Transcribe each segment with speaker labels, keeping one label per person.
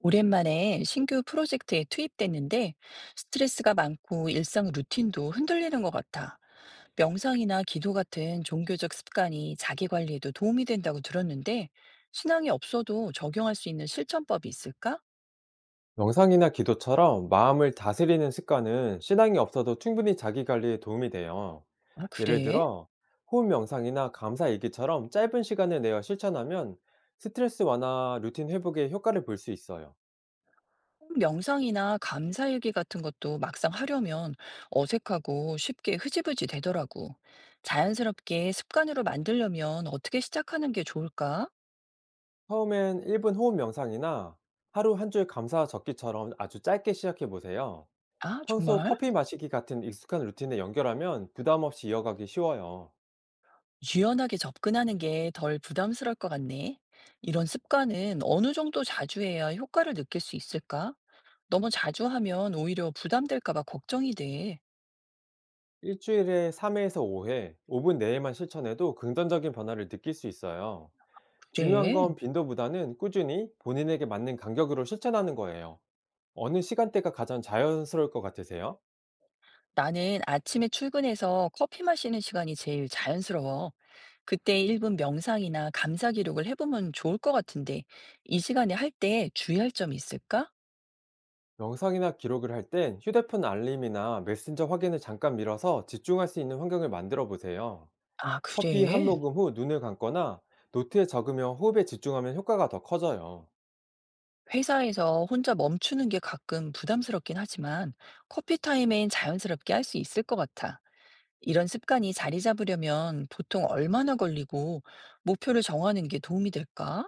Speaker 1: 오랜만에 신규 프로젝트에 투입됐는데 스트레스가 많고 일상 루틴도 흔들리는 것 같아. 명상이나 기도 같은 종교적 습관이 자기 관리에도 도움이 된다고 들었는데 신앙이 없어도 적용할 수 있는 실천법이 있을까?
Speaker 2: 명상이나 기도처럼 마음을 다스리는 습관은 신앙이 없어도 충분히 자기 관리에 도움이 돼요.
Speaker 1: 아,
Speaker 2: 예를
Speaker 1: 그래?
Speaker 2: 들어, 호흡 명상이나 감사 일기처럼 짧은 시간을 내어 실천하면 스트레스 완화, 루틴 회복에 효과를 볼 수 있어요.
Speaker 1: 명상이나 감사일기 같은 것도 막상 하려면 어색하고 쉽게 흐지부지 되더라고. 자연스럽게 습관으로 만들려면 어떻게 시작하는 게 좋을까?
Speaker 2: 처음엔 1분 호흡 명상이나 하루 한 줄 감사 적기처럼 아주 짧게 시작해 보세요.
Speaker 1: 아,
Speaker 2: 평소
Speaker 1: 정말?
Speaker 2: 커피 마시기 같은 익숙한 루틴에 연결하면 부담 없이 이어가기 쉬워요.
Speaker 1: 유연하게 접근하는 게 덜 부담스러울 것 같네. 이런 습관은 어느 정도 자주 해야 효과를 느낄 수 있을까? 너무 자주 하면 오히려 부담될까 봐 걱정이 돼.
Speaker 2: 일주일에 3회에서 5회, 5분 내에만 실천해도 긍정적인 변화를 느낄 수 있어요. 중요한 건
Speaker 1: 그래.
Speaker 2: 빈도보다는 꾸준히 본인에게 맞는 간격으로 실천하는 거예요. 어느 시간대가 가장 자연스러울 것 같으세요?
Speaker 1: 나는 아침에 출근해서 커피 마시는 시간이 제일 자연스러워. 그때 1분 명상이나 감사 기록을 해보면 좋을 것 같은데, 이 시간에 할 때 주의할 점이 있을까?
Speaker 2: 명상이나 기록을 할 땐 휴대폰 알림이나 메신저 확인을 잠깐 밀어서 집중할 수 있는 환경을 만들어 보세요.
Speaker 1: 아,
Speaker 2: 커피 한
Speaker 1: 그래.
Speaker 2: 모금 후 눈을 감거나 노트에 적으며 호흡에 집중하면 효과가 더 커져요.
Speaker 1: 회사에서 혼자 멈추는 게 가끔 부담스럽긴 하지만 커피 타임엔 자연스럽게 할 수 있을 것 같아. 이런 습관이 자리 잡으려면 보통 얼마나 걸리고 목표를 정하는 게 도움이 될까?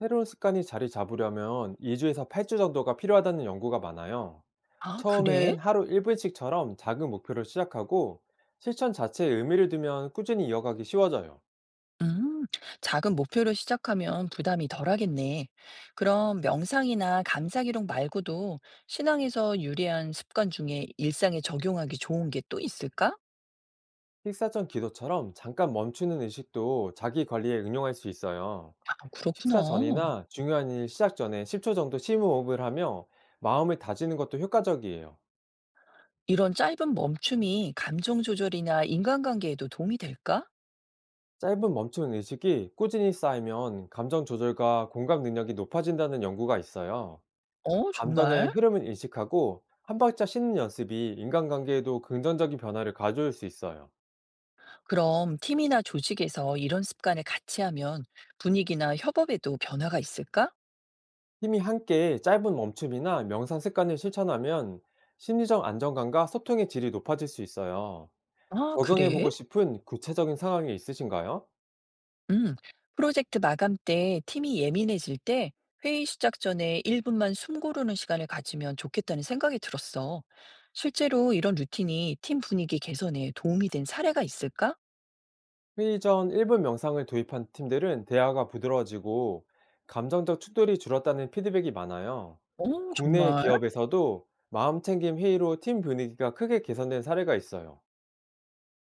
Speaker 2: 새로운 습관이 자리 잡으려면 2주에서 8주 정도가 필요하다는 연구가 많아요.
Speaker 1: 아, 그래?
Speaker 2: 처음엔 하루 1분씩처럼 작은 목표를 시작하고 실천 자체에 의미를 두면 꾸준히 이어가기 쉬워져요.
Speaker 1: 음, 작은 목표를 시작하면 부담이 덜하겠네. 그럼 명상이나 감사 기록 말고도 신앙에서 유래한 습관 중에 일상에 적용하기 좋은 게 또 있을까?
Speaker 2: 식사 전 기도처럼 잠깐 멈추는 의식도 자기 관리에 응용할 수 있어요.
Speaker 1: 아, 그렇구나.
Speaker 2: 식사 전이나 중요한 일 시작 전에 10초 정도 심호흡을 하며 마음을 다지는 것도 효과적이에요.
Speaker 1: 이런 짧은 멈춤이 감정 조절이나 인간관계에도 도움이 될까?
Speaker 2: 짧은 멈춤 의식이 꾸준히 쌓이면 감정 조절과 공감 능력이 높아진다는 연구가 있어요.
Speaker 1: 어, 정말?
Speaker 2: 감정의 흐름을 인식하고 한 발짝 쉬는 연습이 인간관계에도 긍정적인 변화를 가져올 수 있어요.
Speaker 1: 그럼 팀이나 조직에서 이런 습관을 같이 하면 분위기나 협업에도 변화가 있을까?
Speaker 2: 팀이 함께 짧은 멈춤이나 명상 습관을 실천하면 심리적 안정감과 소통의 질이 높아질 수 있어요.
Speaker 1: 아,
Speaker 2: 적용해보고
Speaker 1: 그래?
Speaker 2: 싶은 구체적인 상황이 있으신가요?
Speaker 1: 음, 프로젝트 마감 때 팀이 예민해질 때 회의 시작 전에 1분만 숨 고르는 시간을 가지면 좋겠다는 생각이 들었어. 실제로 이런 루틴이 팀 분위기 개선에 도움이 된 사례가 있을까?
Speaker 2: 회의 전 1분 명상을 도입한 팀들은 대화가 부드러워지고 감정적 충돌이 줄었다는 피드백이 많아요.
Speaker 1: 어,
Speaker 2: 국내
Speaker 1: 정말?
Speaker 2: 기업에서도 마음챙김 회의로 팀 분위기가 크게 개선된 사례가 있어요.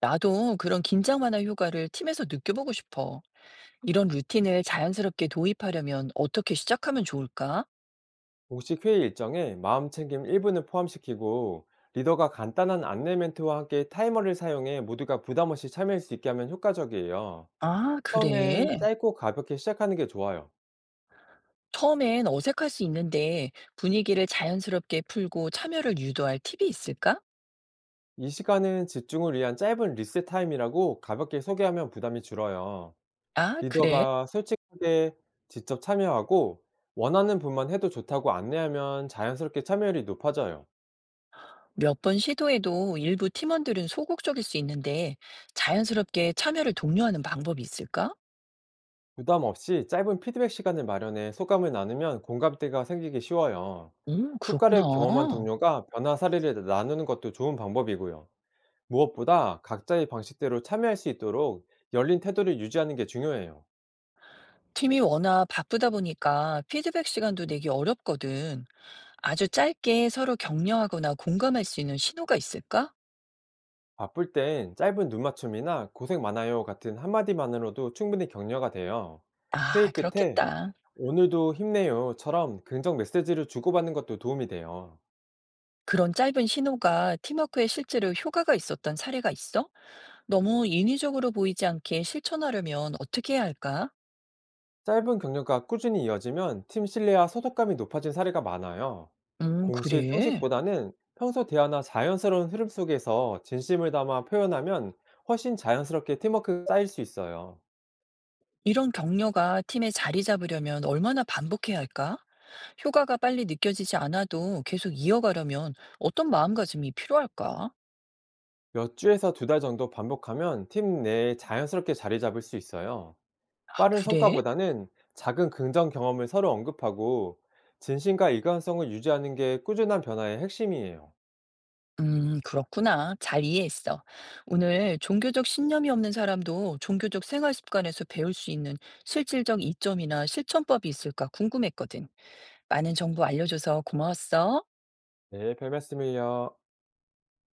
Speaker 1: 나도 그런 긴장 완화 효과를 팀에서 느껴보고 싶어. 이런 루틴을 자연스럽게 도입하려면 어떻게 시작하면 좋을까?
Speaker 2: 공식 회의 일정에 마음 챙김 일 분을 포함시키고, 리더가 간단한 안내 멘트와 함께 타이머를 사용해 모두가 부담 없이 참여할 수 있게 하면 효과적이에요.
Speaker 1: 아,
Speaker 2: 처음엔
Speaker 1: 그래.
Speaker 2: 짧고 가볍게 시작하는 게 좋아요.
Speaker 1: 처음엔 어색할 수 있는데 분위기를 자연스럽게 풀고 참여를 유도할 팁이 있을까?
Speaker 2: 이 시간은 집중을 위한 짧은 리셋 타임이라고 가볍게 소개하면 부담이 줄어요.
Speaker 1: 아, 그래.
Speaker 2: 리더가 솔직하게 직접 참여하고, 원하는 분만 해도 좋다고 안내하면 자연스럽게 참여율이 높아져요.
Speaker 1: 몇 번 시도해도 일부 팀원들은 소극적일 수 있는데 자연스럽게 참여를 독려하는 방법이 있을까?
Speaker 2: 부담 없이 짧은 피드백 시간을 마련해 소감을 나누면 공감대가 생기기 쉬워요. 효과를 경험한
Speaker 1: 그렇구나.
Speaker 2: 동료가 변화 사례를 나누는 것도 좋은 방법이고요. 무엇보다 각자의 방식대로 참여할 수 있도록 열린 태도를 유지하는 게 중요해요.
Speaker 1: 팀이 워낙 바쁘다 보니까 피드백 시간도 내기 어렵거든. 아주 짧게 서로 격려하거나 공감할 수 있는 신호가 있을까?
Speaker 2: 바쁠 땐 짧은 눈맞춤이나 고생 많아요 같은 한마디만으로도 충분히 격려가 돼요.
Speaker 1: 아,
Speaker 2: 회의 끝에
Speaker 1: 그렇겠다.
Speaker 2: 오늘도 힘내요처럼 긍정 메시지를 주고받는 것도 도움이 돼요.
Speaker 1: 그런 짧은 신호가 팀워크에 실제로 효과가 있었던 사례가 있어? 너무 인위적으로 보이지 않게 실천하려면 어떻게 해야 할까?
Speaker 2: 짧은 경력과 꾸준히 이어지면 팀 신뢰와 소속감이 높아진 사례가 많아요. 공식
Speaker 1: 그래.
Speaker 2: 형식보다는 평소 대화나 자연스러운 흐름 속에서 진심을 담아 표현하면 훨씬 자연스럽게 팀워크가 쌓일 수 있어요.
Speaker 1: 이런 격려가 팀에 자리 잡으려면 얼마나 반복해야 할까? 효과가 빨리 느껴지지 않아도 계속 이어가려면 어떤 마음가짐이 필요할까?
Speaker 2: 몇 주에서 2달 정도 반복하면 팀 내에 자연스럽게 자리 잡을 수 있어요.
Speaker 1: 아,
Speaker 2: 빠른
Speaker 1: 그래?
Speaker 2: 성과보다는 작은 긍정 경험을 서로 언급하고 진심과 일관성을 유지하는 게 꾸준한 변화의 핵심이에요.
Speaker 1: 그렇구나. 잘 이해했어. 오늘 종교적 신념이 없는 사람도 종교적 생활 습관에서 배울 수 있는 실질적 이점이나 실천법이 있을까 궁금했거든. 많은 정보 알려줘서 고마웠어.
Speaker 2: 네, 별 말씀을요.